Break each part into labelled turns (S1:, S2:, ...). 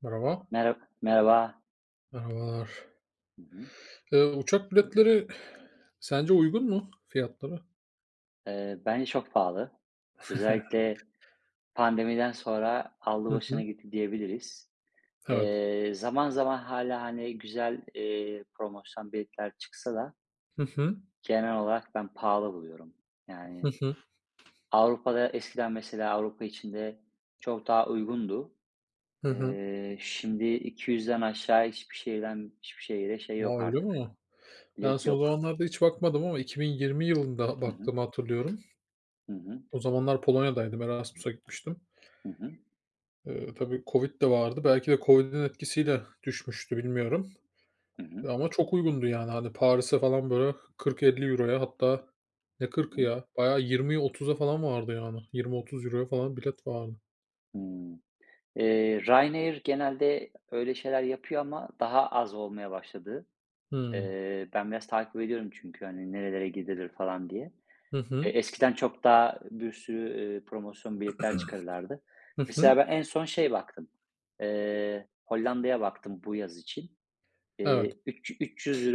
S1: Merhaba.
S2: Merhaba.
S1: Merhabalar.
S2: Hı hı.
S1: Uçak biletleri sence uygun mu fiyatları?
S2: Bence çok pahalı. Özellikle pandemiden sonra aldı
S1: Hı
S2: başını
S1: hı.
S2: gitti diyebiliriz.
S1: Evet.
S2: Zaman zaman hala hani, güzel, promosyon biletler çıksa da
S1: Hı hı.
S2: genel olarak ben pahalı buluyorum.
S1: Hı
S2: Yani
S1: hı.
S2: Avrupa'da eskiden mesela Avrupa içinde çok daha uygundu.
S1: Hı hı.
S2: Şimdi 200'den aşağı hiçbir şehirden hiçbir şehire şey
S1: A,
S2: yok
S1: öyle
S2: artık,
S1: mi? Ben
S2: bilet
S1: son
S2: yok.
S1: zamanlarda hiç bakmadım ama 2020 yılında
S2: Hı hı.
S1: baktığımı hatırlıyorum.
S2: Hı hı.
S1: O zamanlar Polonya'daydım, Erasmus'a gitmiştim.
S2: Hı hı.
S1: Tabii COVID de vardı. Belki de COVID'in etkisiyle düşmüştü bilmiyorum.
S2: Hı hı.
S1: Ama çok uygundu yani. Hani Paris'e falan böyle 40-50 euroya hatta ne
S2: Hı
S1: 40'ı
S2: hı.
S1: ya? Bayağı 20'ye 30'a falan vardı yani. 20-30 euroya falan bilet vardı.
S2: Hıı. Ryanair genelde öyle şeyler yapıyor ama daha az olmaya başladı.
S1: Hımm.
S2: Ben biraz takip ediyorum çünkü, hani, nerelere gidilir falan diye.
S1: Hı hı.
S2: Eskiden çok daha bir sürü, promosyon biletler çıkarırlardı.
S1: Hı
S2: Mesela
S1: hı.
S2: ben en son şey baktım, Hollanda'ya baktım bu yaz için.
S1: Evet.
S2: Üç €300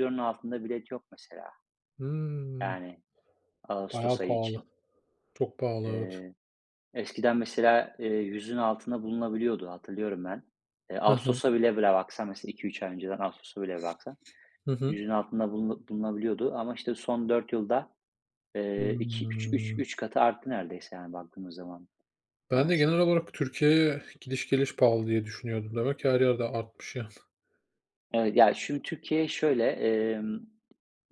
S2: euro'nun altında bilet yok mesela,
S1: Hımm.
S2: yani, ağustos
S1: Bayağı
S2: ayı
S1: pahalı.
S2: için.
S1: Çok pahalı, evet.
S2: Eskiden mesela, 100'ün altında bulunabiliyordu, hatırlıyorum ben.
S1: Hı hı.
S2: Ağustos'a bile bile baksan mesela 2 3 ay önceden Ağustos'a bile baksan
S1: Hı hı.
S2: yüzün altında bulunabiliyordu ama işte son 4 yılda, eee, 2 üç üç
S1: Hımm.
S2: 3 katı arttı neredeyse yani baktığımız zaman
S1: Ben de
S2: maalesef.
S1: genel olarak Türkiye'ye gidiş geliş pahalı diye düşünüyordum. Demek ki her yerde artmış yani.
S2: Evet, ya, şimdi Türkiye şöyle,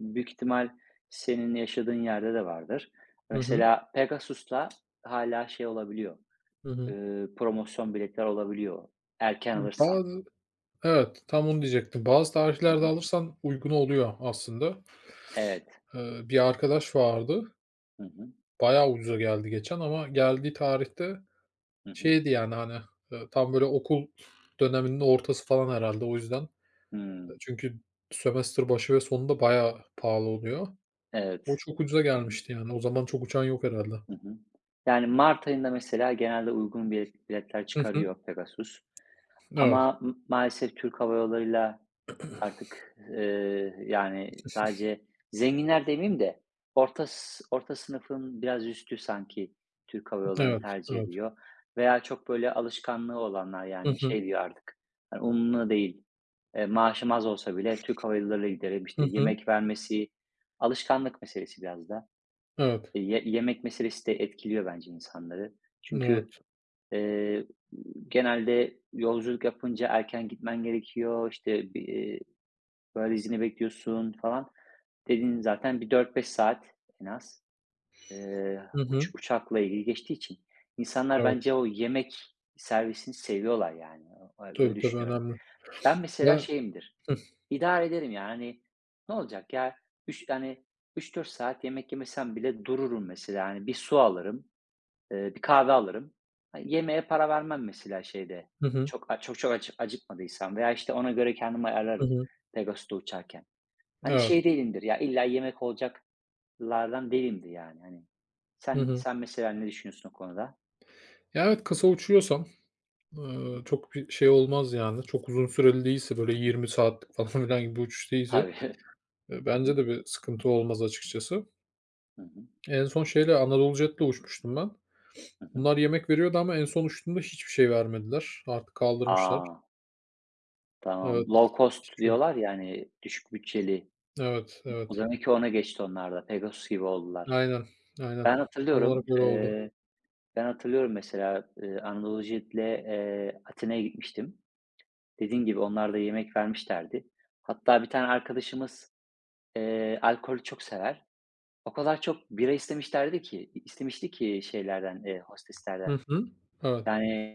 S2: büyük ihtimal senin yaşadığın yerde de vardır.
S1: Hı hı.
S2: Mesela Pegasus'la hala şey olabiliyor,
S1: Hı hı.
S2: promosyon biletler olabiliyor erken alırsam.
S1: Bazı evet, tam onu diyecektim. Bazı
S2: Hı
S1: tarihlerde
S2: hı.
S1: alırsan uygun oluyor aslında.
S2: Evet.
S1: Bir arkadaş vardı,
S2: Hı hı.
S1: bayağı ucuza geldi geçen ama geldiği tarihte
S2: Hı hı.
S1: şeydi yani, hani, tam böyle okul döneminin ortası falan herhâlde o yüzden.
S2: Hımm.
S1: Çünkü semester başı ve sonunda bayağı pahalı oluyor. O
S2: Evet.
S1: çok ucuza
S2: Hı hı.
S1: gelmişti yani. O zaman çok uçan yok herhâlde.
S2: Hı hı. Yani mart ayında mesela genelde uygun biletler
S1: Hı hı.
S2: çıkarıyor Pegasus
S1: Evet,
S2: ama maalesef Türk Hava Yolları'yla artık, yani sadece zenginler demeyeyim de orta sınıfın biraz üstü sanki Türk Hava Yolları'nı
S1: evet,
S2: tercih
S1: evet.
S2: ediyor veya çok böyle alışkanlığı olanlar
S1: Hı
S2: yani
S1: hı.
S2: şey diyor artık, hani, umurumda değil, maaşım az olsa bile Türk Hava Yolları'yla giderim, işte,
S1: Hı hı.
S2: yemek vermesi, alışkanlık meselesi biraz da.
S1: Evet,
S2: Ye Yemek meselesi de etkiliyor bence insanları. Çünkü,
S1: evet.
S2: eee, genelde yolculuk yapınca erken gitmen gerekiyor. İşte bir, valizini bekliyorsun falan. Dediğin zaten bir 4 5 saat en az, eee,
S1: Hı
S2: uç
S1: hı.
S2: uçakla ilgili geçtiği için insanlar
S1: Evet.
S2: bence o yemek servisini seviyorlar yani. O öyle
S1: Tabii, tabii
S2: düşünüyorum.
S1: önemli
S2: Ben mesela
S1: ve.
S2: şeyimdir.
S1: Hıh.
S2: İdare ederim yani, hani, ne olacak ya, hani, 3-4 saat yemek yemesem bile dururum mesela. Yani bir su alırım. Bir kahve alırım. Ha, yemeğe para vermem mesela şeyde.
S1: Hı hı.
S2: Çok a çok çok acıkmadıysam veya, işte, ona göre kendimi
S1: Hı
S2: ayarlarım
S1: hı.
S2: Pegasus'ta uçarken. Hani
S1: Evet.
S2: şey değilimdir ya, illa yemek olacaklardan değilimdir yani. Hani
S1: Hı hı.
S2: sen mesela ne düşünüyorsun o konuda?
S1: Ya, evet, kısa uçuyorsam,
S2: Hı hı.
S1: çok bir şey olmaz yani. Çok uzun süreli değilse, böyle
S2: Hı hı.
S1: 20 saatlik falan filan gibi bir uçuş değilse,
S2: Tabii. Hı hı.
S1: bence de bir sıkıntı olmaz açıkçası.
S2: Hı hı.
S1: En son şeyle Anadolu Jet'le uçmuştum ben.
S2: Hı hı.
S1: Bunlar yemek veriyordu ama en son uçtuğumda hiçbir şey vermediler. Artık kaldırmışlar.
S2: A! Tamam.
S1: Evet.
S2: Low
S1: Hiçbir
S2: cost
S1: şey
S2: diyorlar
S1: yok.
S2: yani düşük bütçeli.
S1: Evet,
S2: O
S1: evet.
S2: demek ki ona geçti onlar da. Pegasus gibi oldular.
S1: Aynen, aynen.
S2: Ben
S1: Tam olarak
S2: hatırlıyorum,
S1: öyle oldu.
S2: eee Ben hatırlıyorum mesela, Anadolu Jet'le, Atina'ya gitmiştim. Dediğin gibi onlar da yemek vermişlerdi. Hatta bir tane arkadaşımız, alkolü çok sever. O kadar çok bira istemişlerdi ki istemişti ki şeylerden, hosteslerden.
S1: Hı hı. Evet.
S2: Yani,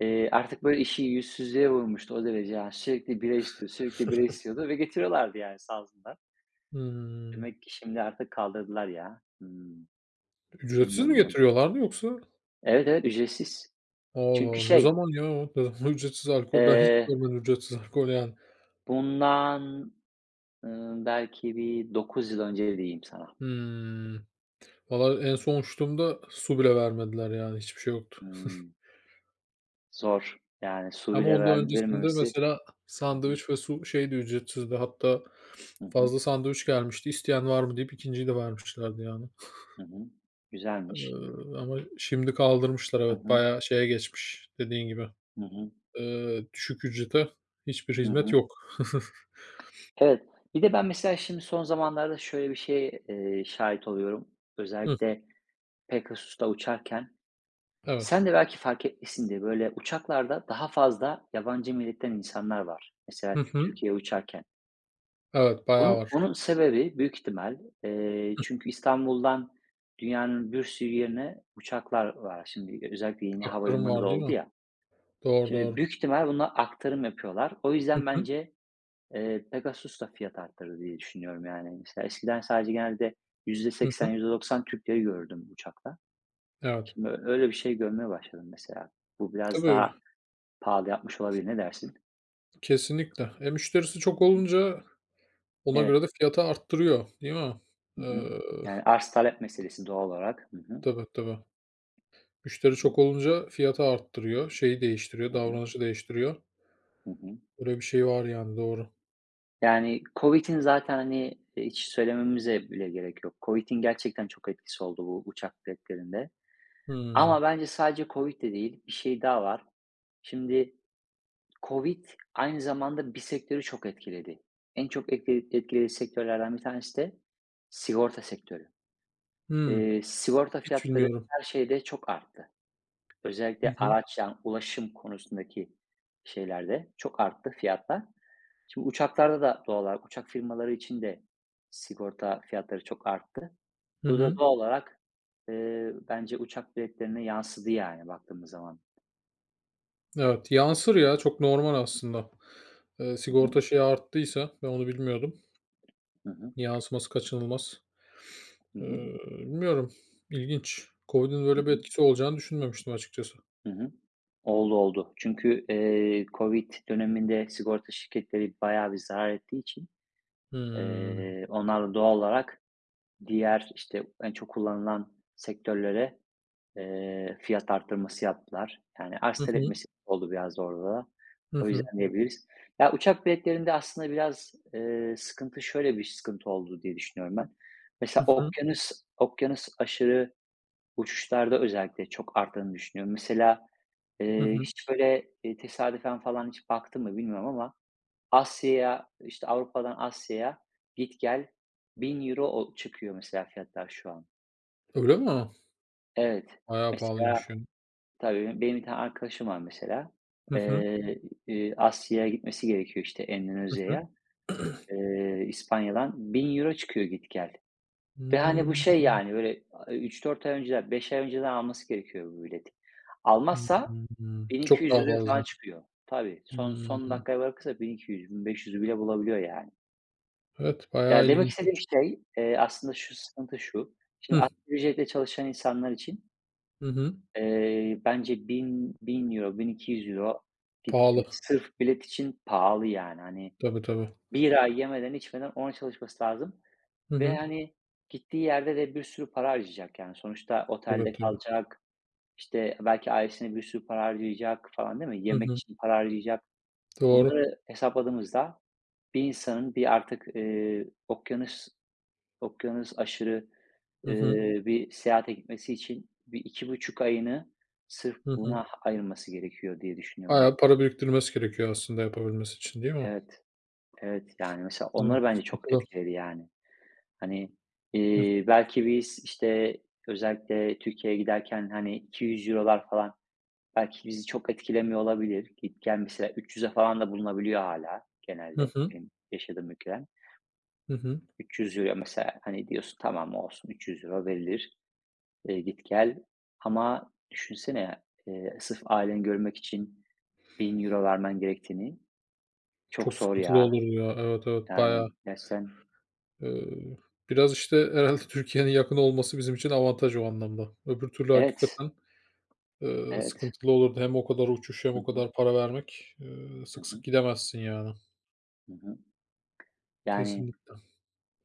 S2: artık böyle işi yüzsüzlüğe vurmuştu o derece. Yani sürekli bira istiyor, sürekli bira istiyordu ve getiriyorlardı yani sağ olsunlar.
S1: Hımm.
S2: Demek ki şimdi artık kaldırdılar ya. Hımm,
S1: Ücretsiz mi
S2: bilmiyordum bunu.
S1: getiriyorlardı yoksa?
S2: Evet, evet, ücretsiz.
S1: Allah
S2: Çünkü
S1: Allah, ne
S2: şey,
S1: zaman ya o? Ne zaman ücretsiz alkol? Ben hiç
S2: eee,
S1: görmedim ücretsiz alkol yani.
S2: bundan belki bir 9 yıl önce diyeyim sana.
S1: Hımm. Valla en son uçtuğumda su bile vermediler yani hiçbir şey yoktu.
S2: Imm, Zor. Yani, su
S1: Ama
S2: bile
S1: ondan öncesinde
S2: verilmemesi.
S1: mesela
S2: Hı hı.
S1: sandviç ve su şeydi, ücretsizdi. Hatta
S2: Hı hı.
S1: fazla sandviç gelmişti. "İsteyen var mı?" deyip ikinciyi de vermişlerdi yani.
S2: Hı hı. Güzelmiş.
S1: Ama şimdi kaldırmışlar
S2: Hı
S1: evet,
S2: hı.
S1: bayağı şeye geçmiş dediğin gibi.
S2: Hı hı.
S1: Düşük ücrete hiçbir
S2: Hı
S1: hizmet
S2: hı.
S1: yok.
S2: Evet. Bir de ben mesela şimdi son zamanlarda şöyle bir şeye, şahit oluyorum.
S1: Hıh,
S2: Özellikle Pegasus'ta uçarken,
S1: evet.
S2: sen de belki fark etmişsindir, böyle uçaklarda daha fazla yabancı milletten insanlar var. Mesela
S1: Hı hı.
S2: Türkiye'ye uçarken.
S1: Evet, bayağı
S2: Onun
S1: var.
S2: bunun sebebi büyük ihtimal,
S1: Hıh,
S2: çünkü İstanbul'dan dünyanın bir sürü yerine uçaklar var şimdi. Özellikle yeni
S1: aktarım
S2: havalimanı da
S1: var değil
S2: oldu
S1: mi?
S2: ya.
S1: Doğru,
S2: Şimdi
S1: doğru.
S2: büyük ihtimal buna aktarım yapıyorlar. O
S1: Hı
S2: yüzden
S1: hı.
S2: bence, Pegasus da fiyat arttırdı diye düşünüyorum yani. Mesela eskiden sadece genelde yüzde
S1: Hı hı.
S2: seksen yüzde doksan Türkleri gördüm uçakta.
S1: Evet.
S2: Şimdi öyle bir şey görmeye başladım mesela. Bu biraz
S1: Tabii,
S2: daha pahalı yapmış olabilir. Ne dersin?
S1: kesinlikle. E, müşterisi çok
S2: Hı hı.
S1: olunca ona
S2: Evet.
S1: göre de fiyatı arttırıyor, değil mi?
S2: Hı hı.
S1: Iıı,
S2: Yani arz talep meselesi doğal olarak. Hı hı.
S1: tabii, tabii.
S2: Hı
S1: Müşteri
S2: hı.
S1: çok olunca fiyatı arttırıyor, şeyi değiştiriyor,
S2: Hı hı.
S1: davranışı değiştiriyor.
S2: Hı hı.
S1: Böyle bir şey var yani, doğru.
S2: Yani, COVID'in zaten, hani, hiç söylememize bile gerek yok. COVID'in gerçekten çok etkisi oldu bu uçak biletlerinde.
S1: Hımm.
S2: Ama bence sadece COVID de değil, bir şey daha var. Şimdi COVID aynı zamanda bir sektörü çok etkiledi. En çok etkilediği sektörlerden bir tanesi de sigorta sektörü.
S1: Hımm.
S2: Sigorta
S1: Hiç
S2: fiyatları
S1: bilmiyorum.
S2: her şeyde çok arttı.
S1: Hı
S2: Özellikle
S1: hı.
S2: araç, yani, ulaşım konusundaki şeylerde çok arttı fiyatlar. Şimdi uçaklarda da doğal olarak uçak firmaları için de sigorta fiyatları çok arttı.
S1: Hı
S2: Bu da
S1: hı.
S2: doğal olarak, bence uçak biletlerine yansıdı, yani, baktığımız zaman.
S1: Evet, yansır ya, çok normal aslında.
S2: Hı hı.
S1: Sigorta şeyi arttıysa ben onu bilmiyordum.
S2: Hı hı.
S1: Yansıması kaçınılmaz.
S2: Hı hı.
S1: Bilmiyorum, ilginç. COVID'in
S2: Hı
S1: böyle bir
S2: hı.
S1: etkisi olacağını düşünmemiştim açıkçası.
S2: Hı hı. Oldu, oldu. Çünkü, COVID döneminde sigorta şirketleri bayağı bir zarar ettiği için,
S1: Hımm.
S2: onlar da doğal olarak diğer, işte, en çok kullanılan sektörlere fiyat artırması yaptılar. Yani arz
S1: Hı
S2: talep
S1: hı.
S2: meselesi oldu biraz da orada da.
S1: Hı
S2: O
S1: hı.
S2: yüzden diyebiliriz. Ya, uçak biletlerinde aslında biraz, sıkıntı şöyle bir sıkıntı oldu diye düşünüyorum ben.
S1: Hı
S2: Mesela
S1: hı.
S2: okyanus aşırı uçuşlarda özellikle çok arttığını düşünüyorum. Mesela,
S1: Hı hı.
S2: hiç böyle, tesadüfen falan hiç baktım mı bilmiyorum ama Asya'ya, işte, Avrupa'dan Asya'ya git gel €1000 o çıkıyor mesela fiyatlar şu an.
S1: Öyle mi?
S2: Evet.
S1: Bayağı
S2: Mesela
S1: pahalıymış yani.
S2: Tabii, benim bir tane arkadaşım var mesela.
S1: Hı
S2: Hı
S1: hı.
S2: Eee, Asya'ya gitmesi gerekiyor, işte,
S1: Hı hı.
S2: Endonezya'ya. İspanya'dan 1000 euro çıkıyor git gel ve, hani, bu
S1: Hımm.
S2: şey, yani, böyle, 3-4 ay önceden, 5 ay önceden alması gerekiyor bu bileti.
S1: Hı
S2: Almazsa
S1: hı. Çok daha
S2: ₺1.200 falan
S1: fazla.
S2: çıkıyor. Tabii, son
S1: Hımm.
S2: dakikaya bırakırsa 1.200, 1.500 bile bulabiliyor, yani.
S1: Evet, bayağı
S2: Ya, demek
S1: ilginç.
S2: istediğim şey, aslında şu: Şimdi
S1: Hı.
S2: asgari ücretle çalışan insanlar için
S1: Hı hı.
S2: Bence 1000 €1000 €1.200 gitti.
S1: Pahalı.
S2: Sırf bilet için pahalı yani. Hani
S1: Tabii, tabii.
S2: bir ay yemeden içmeden ona çalışması lazım
S1: Hı
S2: ve
S1: hı.
S2: hani gittiği yerde de bir sürü para harcayacak yani. Sonuçta
S1: Evet,
S2: otelde
S1: tabii.
S2: kalacak, işte belki ailesine bir sürü para harcayacak falan değil mi?
S1: Hı
S2: Yemek
S1: hı.
S2: için para harcayacak.
S1: Doğru.
S2: Bunları hesapladığımızda bir insanın artık, okyanus aşırı, Hı
S1: Hı hı.
S2: bir seyahate gitmesi için bir 2,5 ayını sırf
S1: Hı hı.
S2: buna ayırması gerekiyor diye düşünüyorum ben.
S1: Bayağı para biriktirmesi gerekiyor aslında yapabilmesi için, değil mi?
S2: Evet, evet, yani, mesela onlar
S1: Evet,
S2: bence çok
S1: sıkıntılı.
S2: etkiledi, yani. Hani,
S1: Hı
S2: belki biz, işte, özellikle Türkiye'ye giderken, hani, 200 eurolar falan belki bizi çok etkilemiyor olabilir. Git gel mesela 300'e falan da bulunabiliyor hala
S1: hı.
S2: genelde
S1: Hı.
S2: benim yaşadığım ülkeden.
S1: Hı hı.
S2: 300 euro mesela, hani, diyorsun tamam olsun 300 euro verilir. Git gel ama düşünsene, sırf aileni görmek için 1000 euro vermen gerektiğini. Çok
S1: Çok
S2: zor
S1: sıkıntılı
S2: ya.
S1: olur ya. Evet, evet, bayağı,
S2: Yani gerçekten.
S1: eee, biraz, işte, herhâlde Türkiye'nin yakın olması bizim için avantaj o anlamda. Öbür türlü
S2: Evet,
S1: hakikaten,
S2: evet.
S1: sıkıntılı olurdu. Hem o kadar uçuş hem
S2: Hı
S1: o
S2: hı.
S1: kadar para vermek,
S2: Hı
S1: sık sık
S2: hı.
S1: gidemezsin yani.
S2: Hı hı. Yani
S1: Kesinlikle.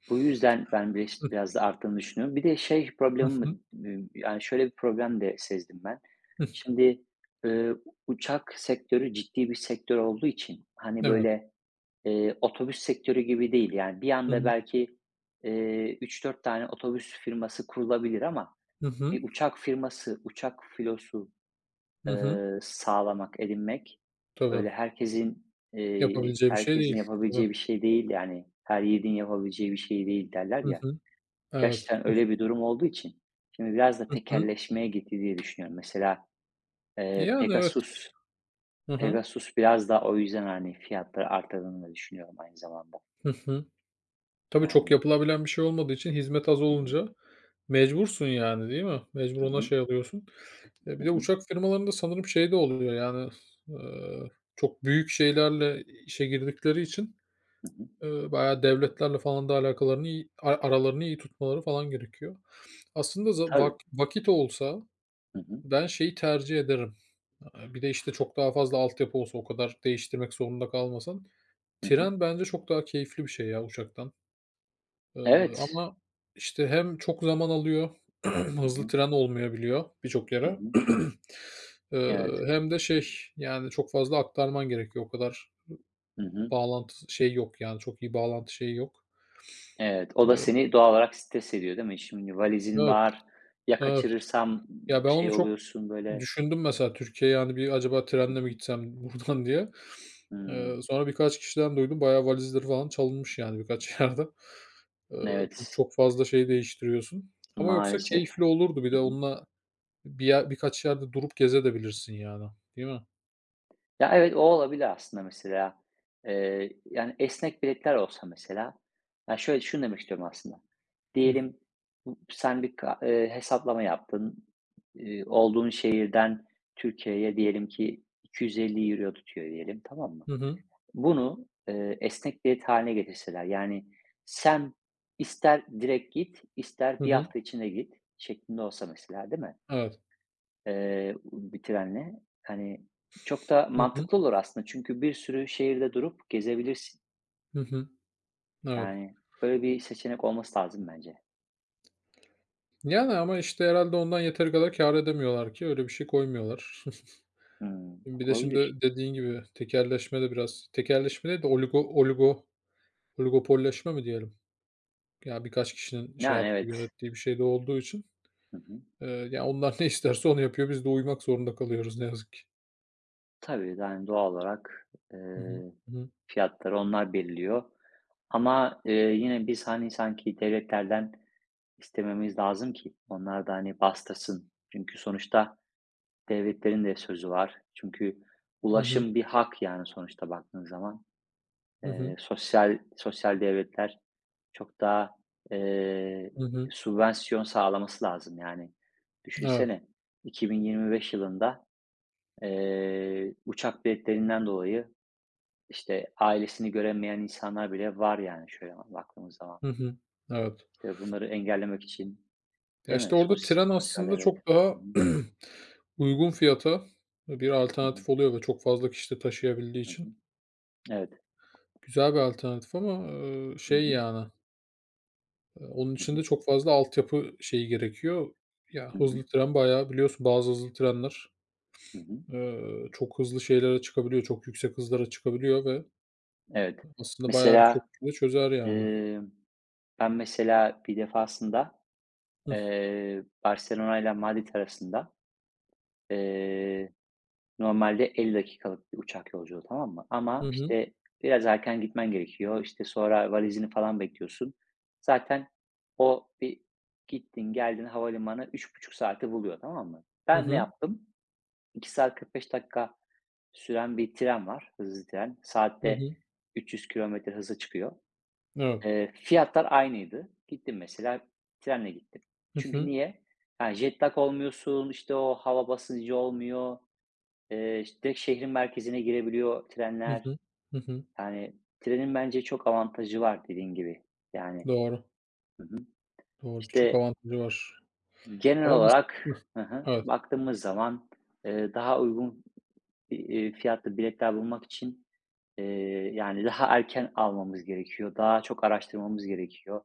S2: bu yüzden ben bile
S1: Hı.
S2: işte biraz da arttığını düşünüyorum. Bir de şey
S1: Hı
S2: problemi
S1: hı.
S2: mi yani şöyle bir problem de sezdim ben.
S1: Hıh.
S2: Şimdi, eee, uçak sektörü ciddi bir sektör olduğu için, hani,
S1: Evet.
S2: böyle, otobüs sektörü gibi değil. Yani, bir
S1: Hı
S2: anda
S1: hı.
S2: belki, 3-4 tane otobüs firması kurulabilir ama
S1: Hı hı.
S2: bir uçak firması, uçak filosu,
S1: Hı hı.
S2: sağlamak, edinmek
S1: Tabii.
S2: öyle
S1: Yapabileceği bir şey
S2: herkesin
S1: değil. Tabii.
S2: yapabileceği bir şey değil, yani, her yiğidin yapabileceği bir şey değil derler
S1: Hı
S2: ya.
S1: hı. Evet.
S2: Gerçekten öyle bir durum olduğu için şimdi biraz da
S1: Hı hı.
S2: tekelleşmeye gitti diye düşünüyorum. Mesela, eee,
S1: Yani, evet.
S2: Pegasus
S1: Hı hı.
S2: Pegasus biraz daha o yüzden, hani, fiyatları arttırdığını da düşünüyorum aynı zamanda.
S1: Hı hı. Tabii çok
S2: Yani,
S1: yapılabilen bir şey olmadığı için hizmet az
S2: hı.
S1: olunca mecbursun yani, değil mi? Mecbur
S2: Hı
S1: ona
S2: hı.
S1: şey alıyorsun. Ya,
S2: Hı
S1: bir de
S2: hı.
S1: uçak firmalarında sanırım şey de oluyor yani, eee, çok büyük şeylerle işe girdikleri için,
S2: Hı hı.
S1: bayağı devletlerle falan da alakalarını iyi aralarını iyi tutmaları falan gerekiyor. Aslında za vak
S2: Tabii.
S1: vakit olsa
S2: Hı hı.
S1: ben şeyi tercih ederim. Bir de, işte, çok daha fazla altyapı olsa o kadar değiştirmek zorunda kalmasan.
S2: Hı hı.
S1: Tren bence çok daha keyifli bir şey ya uçaktan.
S2: Evet.
S1: Ama, işte, hem çok zaman alıyor,
S2: Hı
S1: hızlı
S2: hı.
S1: tren olmayabiliyor birçok
S2: Hı
S1: yere.
S2: hı. Evet.
S1: Hem de şey, yani, çok fazla aktarman gerekiyor. O kadar
S2: Hı hı.
S1: bağlantı şey yok, yani, çok iyi bağlantı şeyi yok.
S2: Evet, o da
S1: Eee
S2: seni doğal olarak stres ediyor, değil mi? Şimdi valizin
S1: Evet,
S2: var, ya
S1: evet.
S2: kaçırırsam
S1: Ya, ben onu
S2: şey
S1: çok
S2: oluyorsun böyle.
S1: düşündüm mesela Türkiye'ye, yani bir acaba
S2: Hı
S1: trenle mi
S2: hı.
S1: gitsem buradan diye.
S2: Hımm.
S1: Sonra birkaç kişiden duydum. Bayağı valizleri falan çalınmış yani birkaç yerde. Çünkü
S2: Evet,
S1: çok fazla şey değiştiriyorsun. Ama yoksa
S2: maalesef.
S1: keyifli olurdu. Bir de
S2: Hı hı.
S1: onunla bir yer birkaç yerde durup gezebilirsin yani, değil mi?
S2: Ya, evet, o olabilir aslında mesela. Yani, esnek biletler olsa mesela, ya, şöyle, şunu demek istiyorum aslında.
S1: Hıh.
S2: Diyelim, bu sen bir ka hesaplama yaptın. Olduğun şehirden Türkiye'ye diyelim ki 250 Euro tutuyor diyelim, tamam mı?
S1: Hı hı.
S2: Bunu, esnek bilet haline getirseler, yani, sen ister direkt git, ister
S1: Hı
S2: bir
S1: hı.
S2: hafta içinde git şeklinde olsa mesela, değil mi?
S1: Evet.
S2: Bir trenle. Hani, çok da
S1: Hı hı.
S2: mantıklı olur aslında çünkü bir sürü şehirde durup gezebilirsin.
S1: Hı hı. Evet.
S2: Yani, böyle bir seçenek olması lazım bence.
S1: Yani ama işte herhalde ondan yeteri kadar kâr edemiyorlar ki öyle bir şey koymuyorlar.
S2: Hımm,
S1: Bir de şimdi
S2: olabilir.
S1: dediğin gibi tekelleşme de biraz tekelleşme değil de oligopolleşme mi diyelim? Ya, birkaç kişinin şey
S2: Yani,
S1: yaptığı,
S2: evet.
S1: yönettiği bir şey de olduğu için,
S2: Hı hı.
S1: ya, onlar ne isterse onu yapıyor, biz de uymak zorunda kalıyoruz ne yazık ki.
S2: Tabii, yani, doğal olarak,
S1: Hı hı. Hı hı.
S2: fiyatları onlar belirliyor ama, yine biz, hani, sanki devletlerden istememiz lazım ki onlar da, hani, bastırsın. Çünkü sonuçta devletlerin de sözü var. Çünkü
S1: Hı hı.
S2: ulaşım bir hak, yani, sonuçta baktığın zaman.
S1: Hı hı.
S2: Sosyal devletler çok daha, eee,
S1: Hı hı.
S2: sübvansiyon sağlaması lazım yani.
S1: Evet.
S2: Düşünsene 2025 yılında, uçak biletlerinden dolayı, işte, ailesini göremeyen insanlar bile var yani şöyle baktığımız zaman.
S1: Hı hı. Evet.
S2: İşte, bunları engellemek için,
S1: Ya,
S2: değil mi?
S1: işte, orada tren
S2: Sosyal
S1: aslında
S2: devlet.
S1: çok
S2: Hı hı.
S1: daha uygun fiyata bir
S2: Hı hı.
S1: alternatif oluyor ve çok fazla kişi de taşıyabildiği
S2: Hı hı.
S1: için
S2: Evet.
S1: güzel bir alternatif ama,
S2: Hı
S1: şey,
S2: hı.
S1: yani, onun
S2: Hı
S1: için
S2: hı.
S1: de çok fazla altyapı şeyi gerekiyor. Ya,
S2: Hı hı.
S1: hızlı tren bayağı biliyorsun bazı hızlı trenler
S2: Hı hı.
S1: Çok hızlı şeylere çıkabiliyor, çok yüksek hızlara çıkabiliyor ve
S2: Evet.
S1: aslında bayağı birçok
S2: Mesela,
S1: şeyi çözer yani.
S2: emm, ben mesela bir defasında
S1: Hıh.
S2: Barcelona ile Madrid arasında, eee, normalde 50 dakikalık bir uçak yolculuğu, tamam mı? Ama,
S1: Hı hı.
S2: işte, biraz erken gitmen gerekiyor. İşte, sonra valizini falan bekliyorsun. Zaten o bir gittin, geldin havalimanı 3,5 saati buluyor, tamam mı?
S1: Hı
S2: Ben ne
S1: hı.
S2: yaptım? 2 saat 45 dakika süren bir tren var, hızlı tren.
S1: Hı
S2: Saatte
S1: hı.
S2: 300 kilometre hıza çıkıyor.
S1: Evet.
S2: Fiyatlar aynıydı. Gittim mesela, trenle gittim.
S1: Hı
S2: Çünkü
S1: hı.
S2: niye? Yani jet lag olmuyorsun, işte, o hava basıncı olmuyor. Ş Direkt şehrin merkezine girebiliyor
S1: Hı
S2: trenler.
S1: hı. Hı hı.
S2: Yani trenin bence çok avantajı var dediğin gibi. Yani.
S1: Doğru.
S2: Hı hı.
S1: Doğru. Birçok
S2: İşte,
S1: avantajı var.
S2: genel
S1: Ama mesela
S2: olarak.
S1: hıh.
S2: Hı hı.
S1: Evet.
S2: Baktığımız zaman, daha uygun, fiyatlı biletler bulmak için, yani daha erken almamız gerekiyor. Daha çok araştırmamız gerekiyor.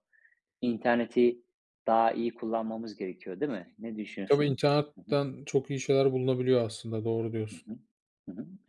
S2: İnterneti daha iyi kullanmamız gerekiyor, değil mi? Ne
S1: Tabii
S2: düşünüyorsun? Hı hı.
S1: internetten çok iyi şeyler bulunabiliyor aslında, doğru
S2: Hı
S1: diyorsun.
S2: hı. Hı hı.